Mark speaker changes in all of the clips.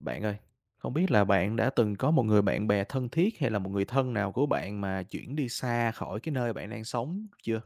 Speaker 1: Bạn ơi, không biết là bạn đã từng có một người bạn bè thân thiết hay là một người thân nào của bạn mà chuyển đi xa khỏi cái nơi bạn đang sống chưa?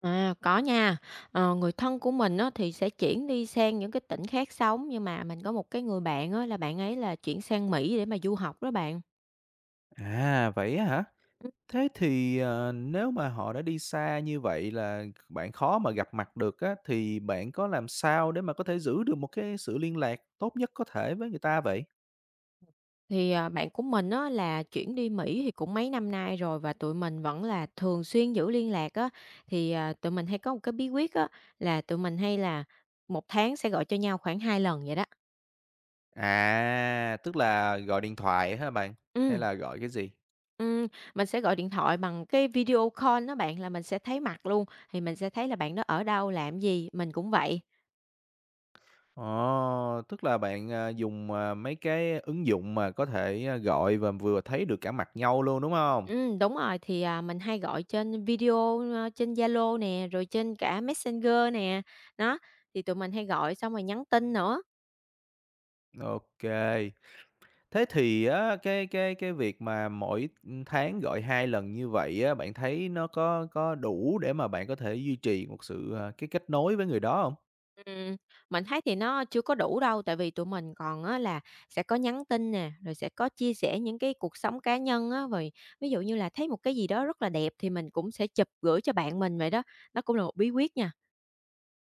Speaker 2: À, có nha. Người thân của mình á, thì sẽ chuyển đi sang những cái tỉnh khác sống, nhưng mà mình có một cái người bạn á, là bạn ấy là chuyển sang Mỹ để mà du học đó bạn.
Speaker 1: À, vậy á hả?
Speaker 2: Ừm.
Speaker 1: Thế thì, nếu mà họ đã đi xa như vậy là bạn khó mà gặp mặt được á, thì bạn có làm sao để mà có thể giữ được một cái sự liên lạc tốt nhất có thể với người ta vậy?
Speaker 2: Bạn của mình á, là chuyển đi Mỹ thì cũng mấy năm nay rồi và tụi mình vẫn là thường xuyên giữ liên lạc á. Tụi mình hay có một cái bí quyết á, là tụi mình hay là một tháng sẽ gọi cho nhau khoảng 2 lần vậy đó.
Speaker 1: À, tức là gọi điện thoại hả bạn? Hay
Speaker 2: Ừ,
Speaker 1: là gọi cái gì?
Speaker 2: ừ, mình sẽ gọi điện thoại bằng cái video call đó bạn, là mình sẽ thấy mặt luôn, thì mình sẽ thấy là bạn đó ở đâu, làm gì, mình cũng vậy.
Speaker 1: Ờ, tức là bạn, dùng, mấy cái ứng dụng mà có thể, gọi và vừa thấy được cả mặt nhau luôn, đúng không?
Speaker 2: Ừ, đúng rồi, mình hay gọi trên trên Zalo nè, rồi trên cả Messenger nè, đó, thì tụi mình hay gọi xong rồi nhắn tin nữa.
Speaker 1: Ok. Thế thì á, cái việc mà mỗi tháng gọi 2 lần như vậy á, bạn thấy nó có đủ để mà bạn có thể duy trì một sự, cái kết nối với người đó không?
Speaker 2: Ừm, mình thấy thì nó chưa có đủ đâu, tại vì tụi mình còn á là sẽ có nhắn tin nè, rồi sẽ có chia sẻ những cái cuộc sống cá nhân á, rồi ví dụ như là thấy một cái gì đó rất là đẹp thì mình cũng sẽ chụp gửi cho bạn mình vậy đó, đó cũng là một bí quyết nha.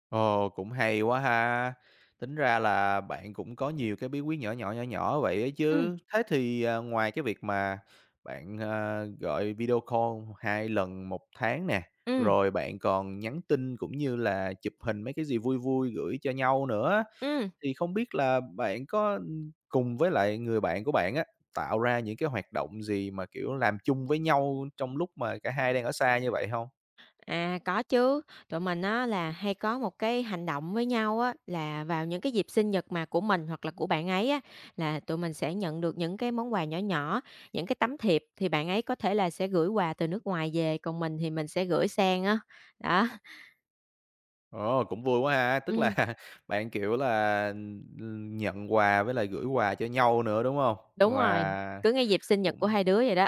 Speaker 1: Ồ, cũng hay quá ha! Tính ra là bạn cũng có nhiều cái bí quyết nhỏ nhỏ, nhỏ nhỏ vậy ấy
Speaker 2: Ừm,
Speaker 1: chứ. Thế thì, ngoài cái việc mà bạn, gọi video call 2 lần một tháng nè,
Speaker 2: ừm,
Speaker 1: rồi bạn còn nhắn tin cũng như là chụp hình mấy cái gì vui vui gửi cho nhau nữa
Speaker 2: ừm.
Speaker 1: thì không biết là bạn có, cùng với lại người bạn của bạn á, tạo ra những cái hoạt động gì mà, kiểu, làm chung với nhau trong lúc mà cả hai đang ở xa như vậy không?
Speaker 2: À, có chứ. Tụi mình á là hay có một cái hành động với nhau á là vào những cái dịp sinh nhật mà của mình hoặc là của bạn ấy á là tụi mình sẽ nhận được những cái món quà nhỏ nhỏ, những cái tấm thiệp thì bạn ấy có thể là sẽ gửi quà từ nước ngoài về, còn mình thì mình sẽ gửi sang á. Đó.
Speaker 1: Ồ, cũng vui quá ha! Tức
Speaker 2: Ừm,
Speaker 1: là bạn, kiểu là, nhận quà với lại gửi quà cho nhau nữa, đúng không?
Speaker 2: đúng rồi,
Speaker 1: Và
Speaker 2: cứ ngay dịp sinh nhật của
Speaker 1: cũng
Speaker 2: hai đứa vậy đó.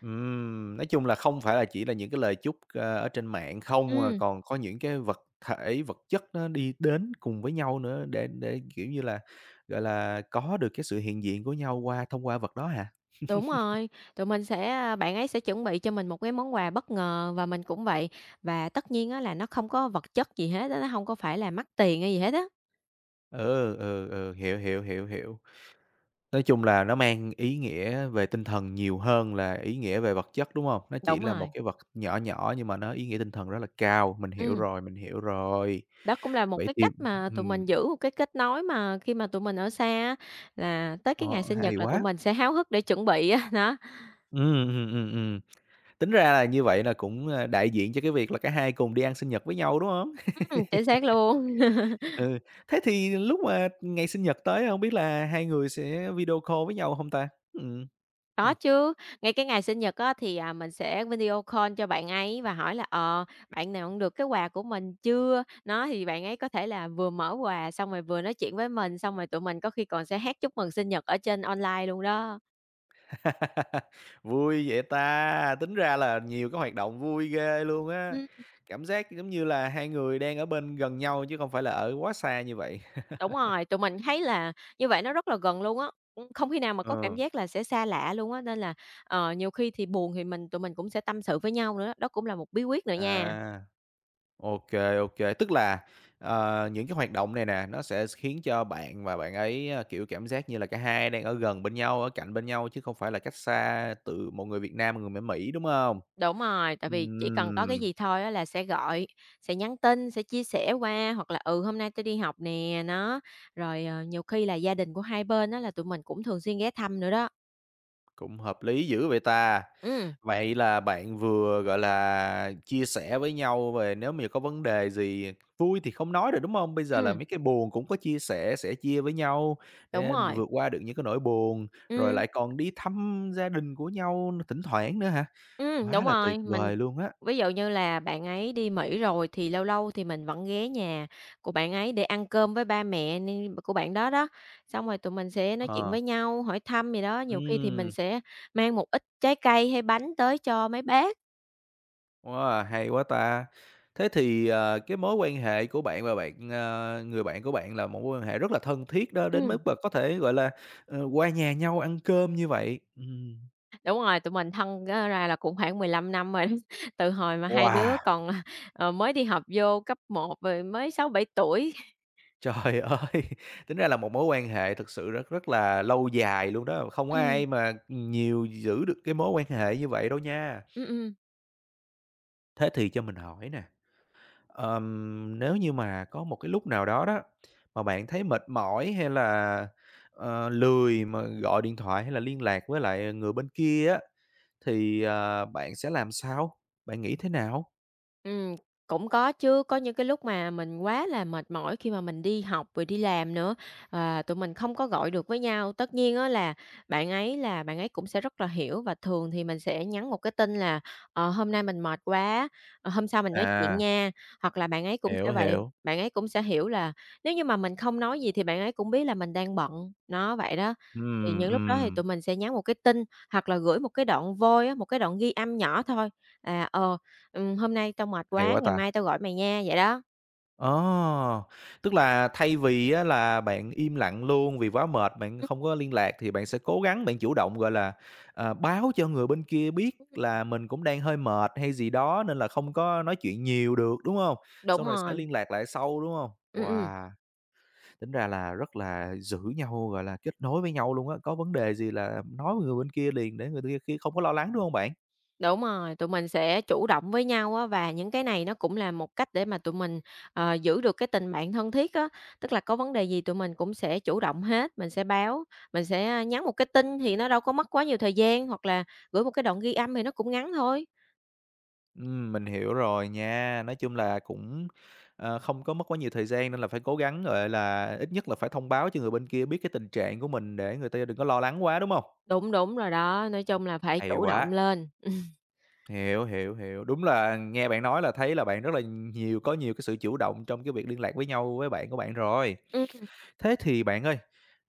Speaker 1: nói chung là không phải là chỉ là những cái lời chúc, ở trên mạng không, mà
Speaker 2: Ừm,
Speaker 1: còn có những cái vật thể, vật chất nó đi đến cùng với nhau nữa để kiểu như là, gọi là, có được cái sự hiện diện của nhau qua thông qua vật đó hả?
Speaker 2: đúng rồi. Tụi mình sẽ bạn ấy sẽ chuẩn bị cho mình một cái món quà bất ngờ và mình cũng vậy. Và tất nhiên á là nó không có vật chất gì hết á, nó không có phải là mắc tiền hay gì hết á.
Speaker 1: Ừ, ừ, ừ, hiểu, hiểu, hiểu, hiểu. Nói chung là nó mang ý nghĩa về tinh thần nhiều hơn là ý nghĩa về vật chất, đúng hông? Nó chỉ
Speaker 2: Đúng
Speaker 1: là một
Speaker 2: rồi.
Speaker 1: cái vật nhỏ nhỏ nhưng mà nó ý nghĩa tinh thần rất là cao, mình hiểu
Speaker 2: Ừm,
Speaker 1: rồi, mình hiểu rồi.
Speaker 2: đó cũng là một
Speaker 1: Vậy
Speaker 2: cái
Speaker 1: thì
Speaker 2: cách mà tụi mình
Speaker 1: ừm,
Speaker 2: giữ một cái kết nối mà khi mà tụi mình ở xa á, là tới cái ngày
Speaker 1: ờ,
Speaker 2: sinh
Speaker 1: hay
Speaker 2: nhật là tụi
Speaker 1: quá.
Speaker 2: mình sẽ háo hức để chuẩn bị á, đó,
Speaker 1: Ừm, ừm, ừm, ừm. Tính ra là như vậy là cũng, đại diện cho cái việc là cả hai cùng đi ăn sinh nhật với nhau, đúng hông?
Speaker 2: chính xác luôn.
Speaker 1: Ừ, thế thì lúc mà ngày sinh nhật tới hông biết là hai người sẽ video call với nhau hông ta? Ừm.
Speaker 2: Có
Speaker 1: Ừm.
Speaker 2: chứ, ngay cái ngày sinh nhật á mình sẽ video call cho bạn ấy và hỏi là, "Bạn nhận được cái quà của mình chưa?" nó thì bạn ấy có thể là vừa mở quà xong rồi vừa nói chuyện với mình, xong rồi tụi mình có khi còn sẽ hát chúc mừng sinh nhật ở trên online luôn đó.
Speaker 1: Vui vậy ta! Tính ra là nhiều cái hoạt động vui ghê luôn á. Cảm giác giống như là hai người đang ở bên gần nhau chứ không phải là ở quá xa như vậy.
Speaker 2: Đúng rồi, tụi mình thấy là như vậy nó rất là gần luôn á, ưm, không khi nào mà có cảm
Speaker 1: Ờ.
Speaker 2: giác là sẽ xa lạ luôn á, nên là, nhiều khi thì buồn thì tụi mình cũng sẽ tâm sự với nhau nữa, đó cũng là một bí quyết nữa nha.
Speaker 1: À, ô kê. Tức là, những cái hoạt động này nè, nó sẽ khiến cho bạn và bạn ấy, kiểu, cảm giác như là cả hai đang ở gần bên nhau, ở cạnh bên nhau chứ không phải là cách xa từ một người Việt Nam, một người ở Mỹ, đúng không?
Speaker 2: Đúng rồi, tại vì chỉ cần có
Speaker 1: Ừm.
Speaker 2: cái gì thôi á là sẽ gọi, sẽ nhắn tin, sẽ chia sẻ qua hoặc là "Ừ, hôm nay tôi đi học nè", nó, rồi, nhiều khi là gia đình của hai bên đó là tụi mình cũng thường xuyên ghé thăm nữa đó.
Speaker 1: Cũng hợp lý dữ vậy ta.
Speaker 2: Ừm,
Speaker 1: Vậy là bạn vừa, gọi là, chia sẻ với nhau về nếu mà có vấn đề gì vui thì không nói rồi, đúng không? Bây giờ là
Speaker 2: ừm,
Speaker 1: mấy cái buồn cũng có chia sẻ, sẻ chia với nhau
Speaker 2: đúng
Speaker 1: để
Speaker 2: rồi,
Speaker 1: vượt qua được những cái nỗi buồn, rồi
Speaker 2: ừm.
Speaker 1: lại còn đi thăm gia đình của nhau thỉnh thoảng nữa hả? Quá
Speaker 2: Đúng
Speaker 1: là
Speaker 2: rồi,
Speaker 1: tuyệt
Speaker 2: mình
Speaker 1: vời luôn á.
Speaker 2: ví dụ như là bạn ấy đi Mỹ rồi thì lâu lâu thì mình vẫn ghé nhà của bạn ấy để ăn cơm với ba mẹ nên của bạn đó đó. Xong rồi tụi mình sẽ nói chuyện
Speaker 1: Ờ,
Speaker 2: với nhau, hỏi thăm gì đó, nhiều khi thì mình
Speaker 1: ừm.
Speaker 2: sẽ mang một ít trái cây hay bánh tới cho mấy bác.
Speaker 1: Wow, hay quá ta! Thế thì, cái mối quan hệ của bạn và bạn, ờ người bạn của bạn là một mối quan hệ rất là thân thiết đó, đến
Speaker 2: Ừm,
Speaker 1: mức mà có thể, gọi là, qua nhà nhau ăn cơm như vậy. Ừm.
Speaker 2: đúng rồi, tụi mình thân á ra là cũng khoảng 15 năm rồi đó, từ hồi mà hai đứa
Speaker 1: Wow,
Speaker 2: còn, mới đi học vô cấp một rồi mới 6 7 tuổi.
Speaker 1: trời ơi! Tính ra là một mối quan hệ thực sự rất rất là lâu dài luôn đó, không có
Speaker 2: Ừm,
Speaker 1: ai mà nhiều giữ được cái mối quan hệ như vậy đâu nha.
Speaker 2: ừm, ừm.
Speaker 1: Thế thì cho mình hỏi nè, ờm, nếu như mà có một cái lúc nào đó đó, mà bạn thấy mệt mỏi hay là, lười mà gọi điện thoại hay là liên lạc với lại người bên kia á, thì, bạn sẽ làm sao? Bạn nghĩ thế nào?
Speaker 2: Ừm, cũng có chứ, có những cái lúc mà mình quá là mệt mỏi khi mà mình đi học rồi đi làm nữa, tụi mình không có gọi được với nhau. Tất nhiên á là bạn ấy cũng sẽ rất là hiểu và thường thì mình sẽ nhắn một cái tin là hôm nay mình mệt quá, hôm sau mình nói chuyện
Speaker 1: À,
Speaker 2: nha." Hoặc là bạn ấy cũng
Speaker 1: hiểu,
Speaker 2: sẽ vậy,
Speaker 1: hiểu.
Speaker 2: bạn ấy cũng sẽ hiểu là nếu như mà mình không nói gì thì bạn ấy cũng biết là mình đang bận, nó vậy đó. Thì
Speaker 1: Ừm,
Speaker 2: những lúc đó thì
Speaker 1: ừm,
Speaker 2: tụi mình sẽ nhắn một cái tin hoặc là gửi một cái đoạn voice á, một cái đoạn ghi âm nhỏ thôi, à, ờ, "Hôm nay tao mệt
Speaker 1: hay
Speaker 2: quá,
Speaker 1: quá
Speaker 2: ngày
Speaker 1: ta.
Speaker 2: mai tao gọi mày nha", vậy đó.
Speaker 1: Ờ, tức là thay vì á là bạn im lặng luôn vì quá mệt, bạn
Speaker 2: Ừm,
Speaker 1: không có liên lạc thì bạn sẽ cố gắng bạn chủ động, gọi là, báo cho người bên kia biết
Speaker 2: ừm,
Speaker 1: là mình cũng đang hơi mệt hay gì đó nên là không có nói chuyện nhiều được, đúng không?
Speaker 2: đúng
Speaker 1: Xong rồi sẽ
Speaker 2: rồi,
Speaker 1: liên lạc lại sau, đúng không?
Speaker 2: ừm, ừm,
Speaker 1: Wow, tính ra là rất là giữ nhau, gọi là, kết nối với nhau luôn á, có vấn đề gì là nói với người bên kia liền để người kia kia không có lo lắng, đúng không bạn?
Speaker 2: đúng rồi, tụi mình sẽ chủ động với nhau á, và những cái này nó cũng là một cách để mà tụi mình, giữ được cái tình bạn thân thiết á. Tức là có vấn đề gì tụi mình cũng sẽ chủ động hết, mình sẽ báo, mình sẽ nhắn một cái tin thì nó đâu có mất quá nhiều thời gian, hoặc là gửi một cái đoạn ghi âm thì nó cũng ngắn thôi.
Speaker 1: Mình hiểu rồi nha. Nói chung là cũng, không có mất quá nhiều thời gian nên là phải cố gắng, gọi là, ít nhất là phải thông báo cho người bên kia biết cái tình trạng của mình để người ta đừng có lo lắng quá, đúng không?
Speaker 2: Đúng, đúng rồi đó, nói chung là phải
Speaker 1: Hay
Speaker 2: chủ động
Speaker 1: quá,
Speaker 2: lên. Ừm.
Speaker 1: hiểu, hiểu, hiểu. Đúng là nghe bạn nói là thấy là bạn rất là nhiều có nhiều cái sự chủ động trong cái việc liên lạc với nhau với bạn của bạn rồi. Thế thì bạn ơi,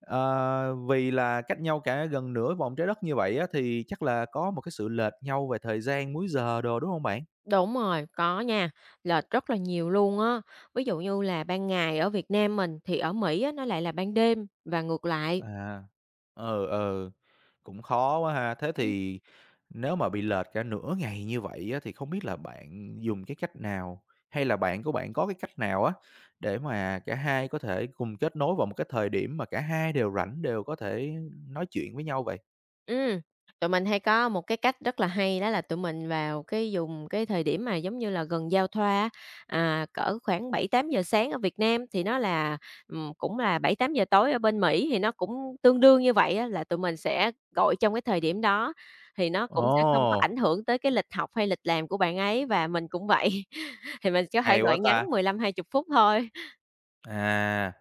Speaker 1: vì là cách nhau cả gần nửa vòng trái đất như vậy á, thì chắc là có một cái sự lệch nhau về thời gian múi giờ đồ, đúng không bạn?
Speaker 2: Đúng rồi, có nha, lệch rất là nhiều luôn á. Ví dụ như là ban ngày ở Việt Nam mình thì ở Mỹ á, nó lại là ban đêm và ngược lại.
Speaker 1: À, ờ ờ cũng khó quá ha. Thế
Speaker 2: Ừm.
Speaker 1: thì nếu mà bị lệch cả nửa ngày như vậy á, thì không biết là bạn dùng cái cách nào hay là bạn của bạn có cái cách nào á để mà cả hai có thể cùng kết nối vào một cái thời điểm mà cả hai đều rảnh, đều có thể nói chuyện với nhau vậy?
Speaker 2: Ừm, tụi mình hay có một cái cách rất là hay đó là tụi mình vào cái dùng cái thời điểm mà giống như là gần giao thoa á, cỡ khoảng 7 8 giờ sáng ở Việt Nam thì nó là, cũng là 7 8 giờ tối ở bên Mỹ thì nó cũng tương đương như vậy á, là tụi mình sẽ gọi trong cái thời điểm đó thì nó cũng sẽ không có
Speaker 1: Ồ,
Speaker 2: ảnh hưởng tới cái lịch học hay lịch làm của bạn ấy và mình cũng vậy. Thì mình có thể
Speaker 1: hay quá
Speaker 2: gọi ngắn
Speaker 1: ta!
Speaker 2: 15, 20 phút thôi.
Speaker 1: À,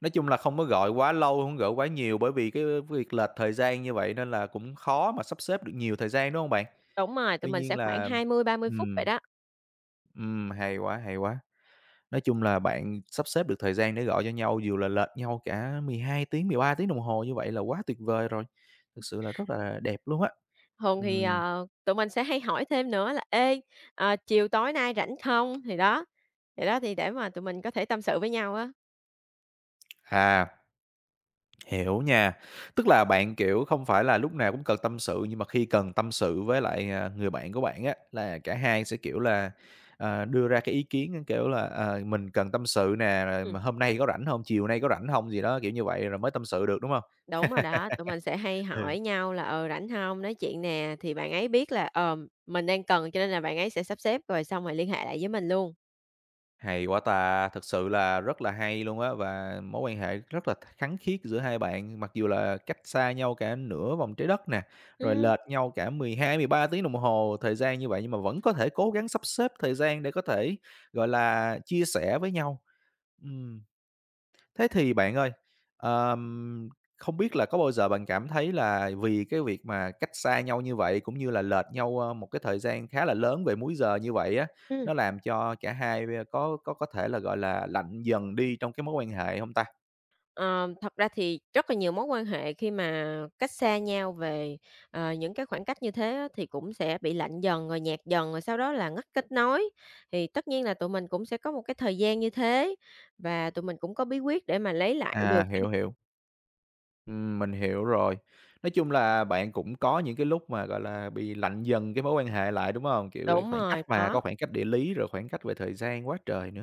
Speaker 1: nói chung là không có gọi quá lâu, không gọi quá nhiều bởi vì cái việc lệch thời gian như vậy nên là cũng khó mà sắp xếp được nhiều thời gian, đúng không bạn?
Speaker 2: Đúng rồi, tụi
Speaker 1: Tuy
Speaker 2: mình sẽ
Speaker 1: nhiên
Speaker 2: khoảng
Speaker 1: là
Speaker 2: 20, 30 phút vậy
Speaker 1: ừm.
Speaker 2: đó.
Speaker 1: Hay quá, hay quá. Nói chung là bạn sắp xếp được thời gian để gọi cho nhau dù là lệch nhau cả 12 tiếng, 13 tiếng đồng hồ như vậy là quá tuyệt vời rồi, thực sự là rất là đẹp luôn á.
Speaker 2: Thường thì,
Speaker 1: Ừm,
Speaker 2: tụi mình sẽ hay hỏi thêm nữa là "Ê, chiều tối nay rảnh không?" Thì đó, thì để mà tụi mình có thể tâm sự với nhau á.
Speaker 1: à, hiểu nha. Tức là bạn, kiểu, không phải là lúc nào cũng cần tâm sự, nhưng mà khi cần tâm sự với lại, người bạn của bạn á, là cả hai sẽ, kiểu là, đưa ra cái ý kiến, kiểu là, mình cần tâm sự nè, rồi
Speaker 2: Ừm,
Speaker 1: mà hôm nay có rảnh hông, chiều nay có rảnh hông gì đó, kiểu như vậy rồi mới tâm sự được, đúng hông?
Speaker 2: đúng rồi đó, tụi mình sẽ hay
Speaker 1: Ừ.
Speaker 2: hỏi nhau là "Ờ, rảnh không Nói chuyện nè, thì bạn ấy biết là, mình đang cần cho nên là bạn ấy sẽ sắp xếp rồi xong rồi liên hệ lại với mình luôn.
Speaker 1: Hay quá ta! Thực sự là rất là hay luôn á, và mối quan hệ rất là khăng khít giữa hai bạn, mặc dù là cách xa nhau cả nửa vòng trái đất nè, rồi
Speaker 2: Ừm,
Speaker 1: lệch nhau cả 12 13 tiếng đồng hồ thời gian như vậy, nhưng mà vẫn có thể cố gắng sắp xếp thời gian để có thể, gọi là, chia sẻ với nhau. Ừm. Thế thì bạn ơi, ờm, không biết là có bao giờ bạn cảm thấy là vì cái việc mà cách xa nhau như vậy, cũng như là lệch nhau, một cái thời gian khá là lớn về múi giờ như vậy á,
Speaker 2: ừm.
Speaker 1: nó làm cho cả hai có thể là, gọi là, lạnh dần đi trong cái mối quan hệ không ta?
Speaker 2: Ờ, thật ra thì rất là nhiều mối quan hệ khi mà cách xa nhau về, những cái khoảng cách như thế á, thì cũng sẽ bị lạnh dần, rồi nhạt dần, rồi sau đó là ngắt kết nối. Thì tất nhiên là tụi mình cũng sẽ có một cái thời gian như thế, và tụi mình cũng có bí quyết để mà lấy lại
Speaker 1: À,
Speaker 2: được cái
Speaker 1: hiểu,
Speaker 2: điều
Speaker 1: hiểu. Mình hiểu rồi. Nói chung là bạn cũng có những cái lúc mà, gọi là, bị lạnh dần cái mối quan hệ lại, đúng hông? Kiểu,
Speaker 2: đúng
Speaker 1: khoảng cách
Speaker 2: rồi,
Speaker 1: mà,
Speaker 2: có.
Speaker 1: có khoảng cách địa lý rồi khoảng cách về thời gian quá trời nữa.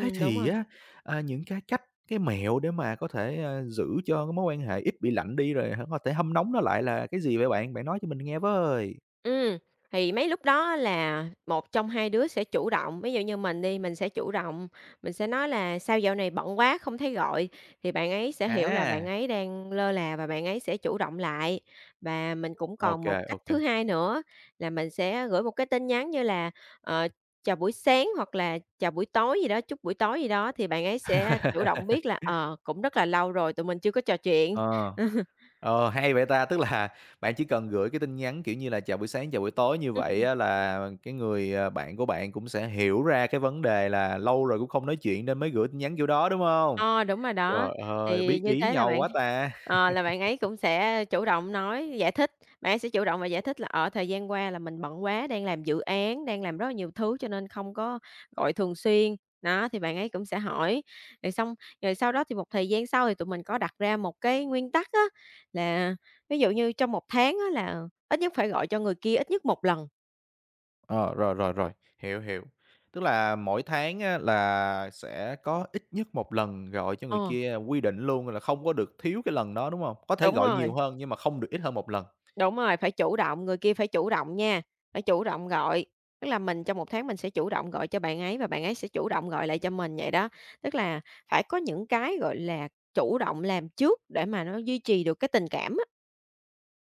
Speaker 1: Thế
Speaker 2: đúng
Speaker 1: thì
Speaker 2: rồi.
Speaker 1: á, những cái cách, cái mẹo để mà có thể, giữ cho cái mối quan hệ ít bị lạnh đi rồi h có thể hâm nóng nó lại là cái gì vậy bạn? Bạn nói cho mình nghe với.
Speaker 2: Ừ thì mấy lúc đó là một trong hai đứa sẽ chủ động, ví dụ như mình đi, mình sẽ chủ động, mình sẽ nói là "Sao dạo này bận quá không thấy gọi?" Thì bạn ấy sẽ hiểu là bạn
Speaker 1: À,
Speaker 2: ấy đang lơ là và bạn ấy sẽ chủ động lại. Và mình cũng
Speaker 1: ô
Speaker 2: còn
Speaker 1: kê,
Speaker 2: một cách
Speaker 1: ô kê.
Speaker 2: thứ hai nữa là mình sẽ gửi một cái tin nhắn như là, ờ, "Chào buổi sáng" hoặc là "Chào buổi tối" gì đó, "Chúc buổi tối" gì đó, thì bạn ấy sẽ chủ động biết là, cũng rất là lâu rồi tụi mình chưa có trò chuyện.
Speaker 1: Ờ. Ờ, hay vậy ta! Tức là bạn chỉ cần gửi cái tin nhắn, kiểu như là, chào buổi sáng, chào buổi tối như vậy á là cái người, bạn của bạn cũng sẽ hiểu ra cái vấn đề là lâu rồi cũng không nói chuyện nên mới gửi tin nhắn kiểu đó, đúng không?
Speaker 2: Ờ, đúng rồi
Speaker 1: Trời
Speaker 2: đó,
Speaker 1: ơi,
Speaker 2: thì
Speaker 1: biết
Speaker 2: như
Speaker 1: ý
Speaker 2: thế là
Speaker 1: nhau quá ta!
Speaker 2: bạn ấy cũng sẽ chủ động nói, giải thích, bạn ấy sẽ chủ động và giải thích là ở thời gian qua là mình bận quá, đang làm dự án, đang làm rất là nhiều thứ cho nên không có gọi thường xuyên." Đó, thì bạn ấy cũng sẽ hỏi, rồi xong rồi sau đó thì một thời gian sau thì tụi mình có đặt ra một cái nguyên tắc á, là ví dụ như trong một tháng á là ít nhất phải gọi cho người kia ít nhất một lần.
Speaker 1: Ờ, rồi, rồi, rồi, hiểu, hiểu. Tức là mỗi tháng á là sẽ có ít nhất một lần gọi cho người
Speaker 2: Ờ,
Speaker 1: kia, quy định luôn là không có được thiếu cái lần đó, đúng không? Có thể
Speaker 2: đúng
Speaker 1: gọi
Speaker 2: rồi.
Speaker 1: nhiều hơn nhưng mà không được ít hơn một lần.
Speaker 2: Đúng rồi, phải chủ động, người kia phải chủ động nha, phải chủ động gọi. Tức là mình trong một tháng mình sẽ chủ động gọi cho bạn ấy và bạn ấy sẽ chủ động gọi lại cho mình vậy đó. Tức là phải có những cái, gọi là, chủ động làm trước để mà nó duy trì được cái tình cảm á.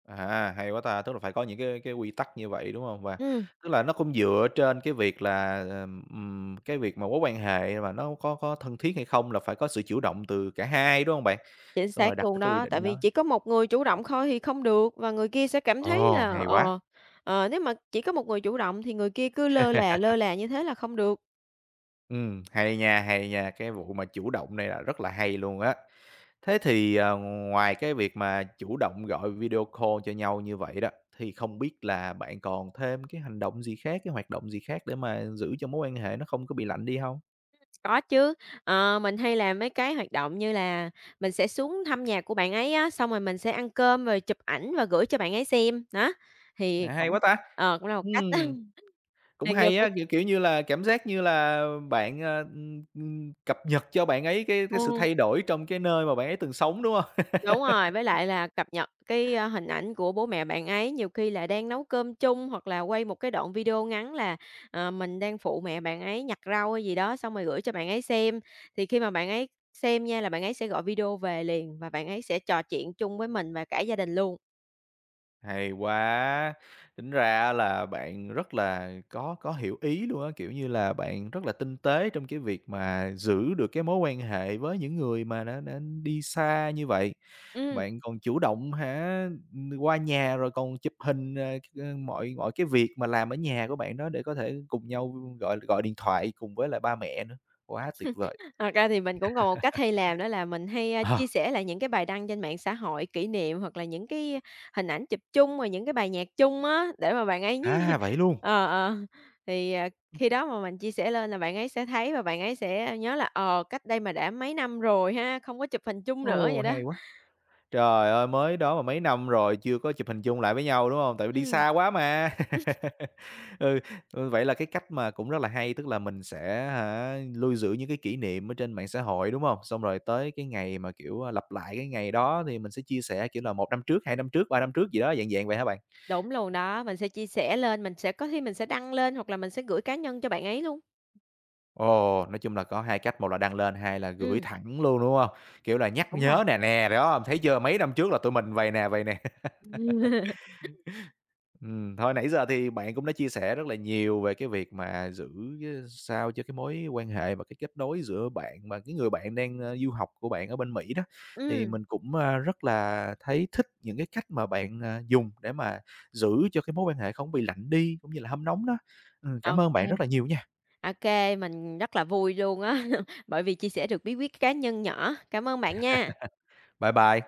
Speaker 1: À, hay quá ta! Tức là phải có những cái quy tắc như vậy, đúng không? Và
Speaker 2: Ừm,
Speaker 1: tức là nó cũng dựa trên cái việc là, cái việc mà mối quan hệ mà nó có thân thiết hay không là phải có sự chủ động từ cả hai, đúng không bạn?
Speaker 2: chính
Speaker 1: Xong rồi
Speaker 2: xác
Speaker 1: đặt ra
Speaker 2: luôn
Speaker 1: cái quy
Speaker 2: đó, tại
Speaker 1: định
Speaker 2: vì
Speaker 1: đó.
Speaker 2: chỉ có một người chủ động thôi thì không được và người kia sẽ cảm thấy
Speaker 1: Ồ,
Speaker 2: là,
Speaker 1: hay quá!
Speaker 2: nếu mà chỉ có một người chủ động thì người kia cứ lơ là như thế là không được.
Speaker 1: Hay nha, hay nha, cái vụ mà chủ động này là rất là hay luôn á. Thế thì, ngoài cái việc mà chủ động gọi video call cho nhau như vậy đó, thì không biết là bạn còn thêm cái hành động gì khác, cái hoạt động gì khác để mà giữ cho mối quan hệ nó không có bị lạnh đi không?
Speaker 2: Có chứ, mình hay làm mấy cái hoạt động như là mình sẽ xuống thăm nhà của bạn ấy á, xong rồi mình sẽ ăn cơm rồi chụp ảnh và gửi cho bạn ấy xem, đó. Thì
Speaker 1: À, hay
Speaker 2: cũng
Speaker 1: quá ta!
Speaker 2: cũng là một cách á,
Speaker 1: Ừm, Cũng
Speaker 2: thì nhiều
Speaker 1: hay
Speaker 2: khi
Speaker 1: á, kiểu như là, cảm giác như là bạn, cập nhật cho bạn ấy cái sự
Speaker 2: ừm,
Speaker 1: thay đổi trong cái nơi mà bạn ấy từng sống, đúng không?
Speaker 2: đúng rồi, với lại là cập nhật cái, hình ảnh của bố mẹ bạn ấy, nhiều khi là đang nấu cơm chung hoặc là quay một cái đoạn video ngắn là, mình đang phụ mẹ bạn ấy nhặt rau hay gì đó, xong rồi gửi cho bạn ấy xem. Thì khi mà bạn ấy xem nha là bạn ấy sẽ gọi video về liền và bạn ấy sẽ trò chuyện chung với mình và cả gia đình luôn.
Speaker 1: Hay quá! Tính ra là bạn rất là có hiểu ý luôn á, kiểu như là, bạn rất là tinh tế trong cái việc mà giữ được cái mối quan hệ với những người mà đã đi xa như vậy.
Speaker 2: Ừm.
Speaker 1: Bạn còn chủ động hả, qua nhà rồi còn chụp hình, mọi mọi cái việc mà làm ở nhà của bạn đó để có thể cùng nhau gọi gọi điện thoại cùng với lại ba mẹ nữa. Quá tuyệt vời!
Speaker 2: Thật ra thì mình cũng còn một cách hay làm đó là mình hay,
Speaker 1: Ờ.
Speaker 2: chia sẻ lại những cái bài đăng trên mạng xã hội kỷ niệm, hoặc là những cái hình ảnh chụp chung, rồi những cái bài nhạc chung á, để mà bạn ấy
Speaker 1: À, vậy luôn?
Speaker 2: ờ, ờ, thì, à, khi đó mà mình chia sẻ lên là bạn ấy sẽ thấy và bạn ấy sẽ nhớ là, cách đây mà đã mấy năm rồi ha, không có chụp hình chung nữa
Speaker 1: Ồ,
Speaker 2: vậy đó.
Speaker 1: hay quá! Trời ơi, mới đó mà mấy năm rồi chưa có chụp hình chung lại với nhau, đúng hông? Tại vì đi
Speaker 2: Ừm,
Speaker 1: xa quá mà. Ừ, ừ, vậy là cái cách mà cũng rất là hay, tức là mình sẽ hả, lưu giữ những cái kỷ niệm ở trên mạng xã hội, đúng hông? Xong rồi tới cái ngày mà, kiểu, lặp lại cái ngày đó thì mình sẽ chia sẻ, kiểu là, một năm trước, 2 năm trước, 3 năm trước gì đó, dạng dạng vậy hả bạn?
Speaker 2: đúng luôn đó, mình sẽ chia sẻ lên, mình sẽ có khi mình sẽ đăng lên, hoặc là mình sẽ gửi cá nhân cho bạn ấy luôn.
Speaker 1: Ồ, nói chung là có 2 cách, một là đăng lên, hai là gửi
Speaker 2: Ừm,
Speaker 1: thẳng luôn, đúng hông? Kiểu là nhắc
Speaker 2: đúng rồi.
Speaker 1: nhớ nè, nè, đó, thấy chưa? Mấy năm trước là tụi mình vầy nè, vầy nè. Thôi nãy giờ thì bạn cũng đã chia sẻ rất là nhiều về cái việc mà giữ cái sao cho cái mối quan hệ và cái kết nối giữa bạn và cái người bạn đang, du học của bạn ở bên Mỹ đó. Thì
Speaker 2: Ừm,
Speaker 1: mình cũng, rất là thấy thích những cái cách mà bạn, dùng để mà giữ cho cái mối quan hệ không bị lạnh đi cũng như là hâm nóng đó. Cảm ơn bạn
Speaker 2: OK.
Speaker 1: rất là nhiều nha.
Speaker 2: OK, mình rất là vui luôn á, bởi vì chia sẻ được bí quyết cá nhân nhỏ. Cảm ơn bạn nha.
Speaker 1: Bye bye.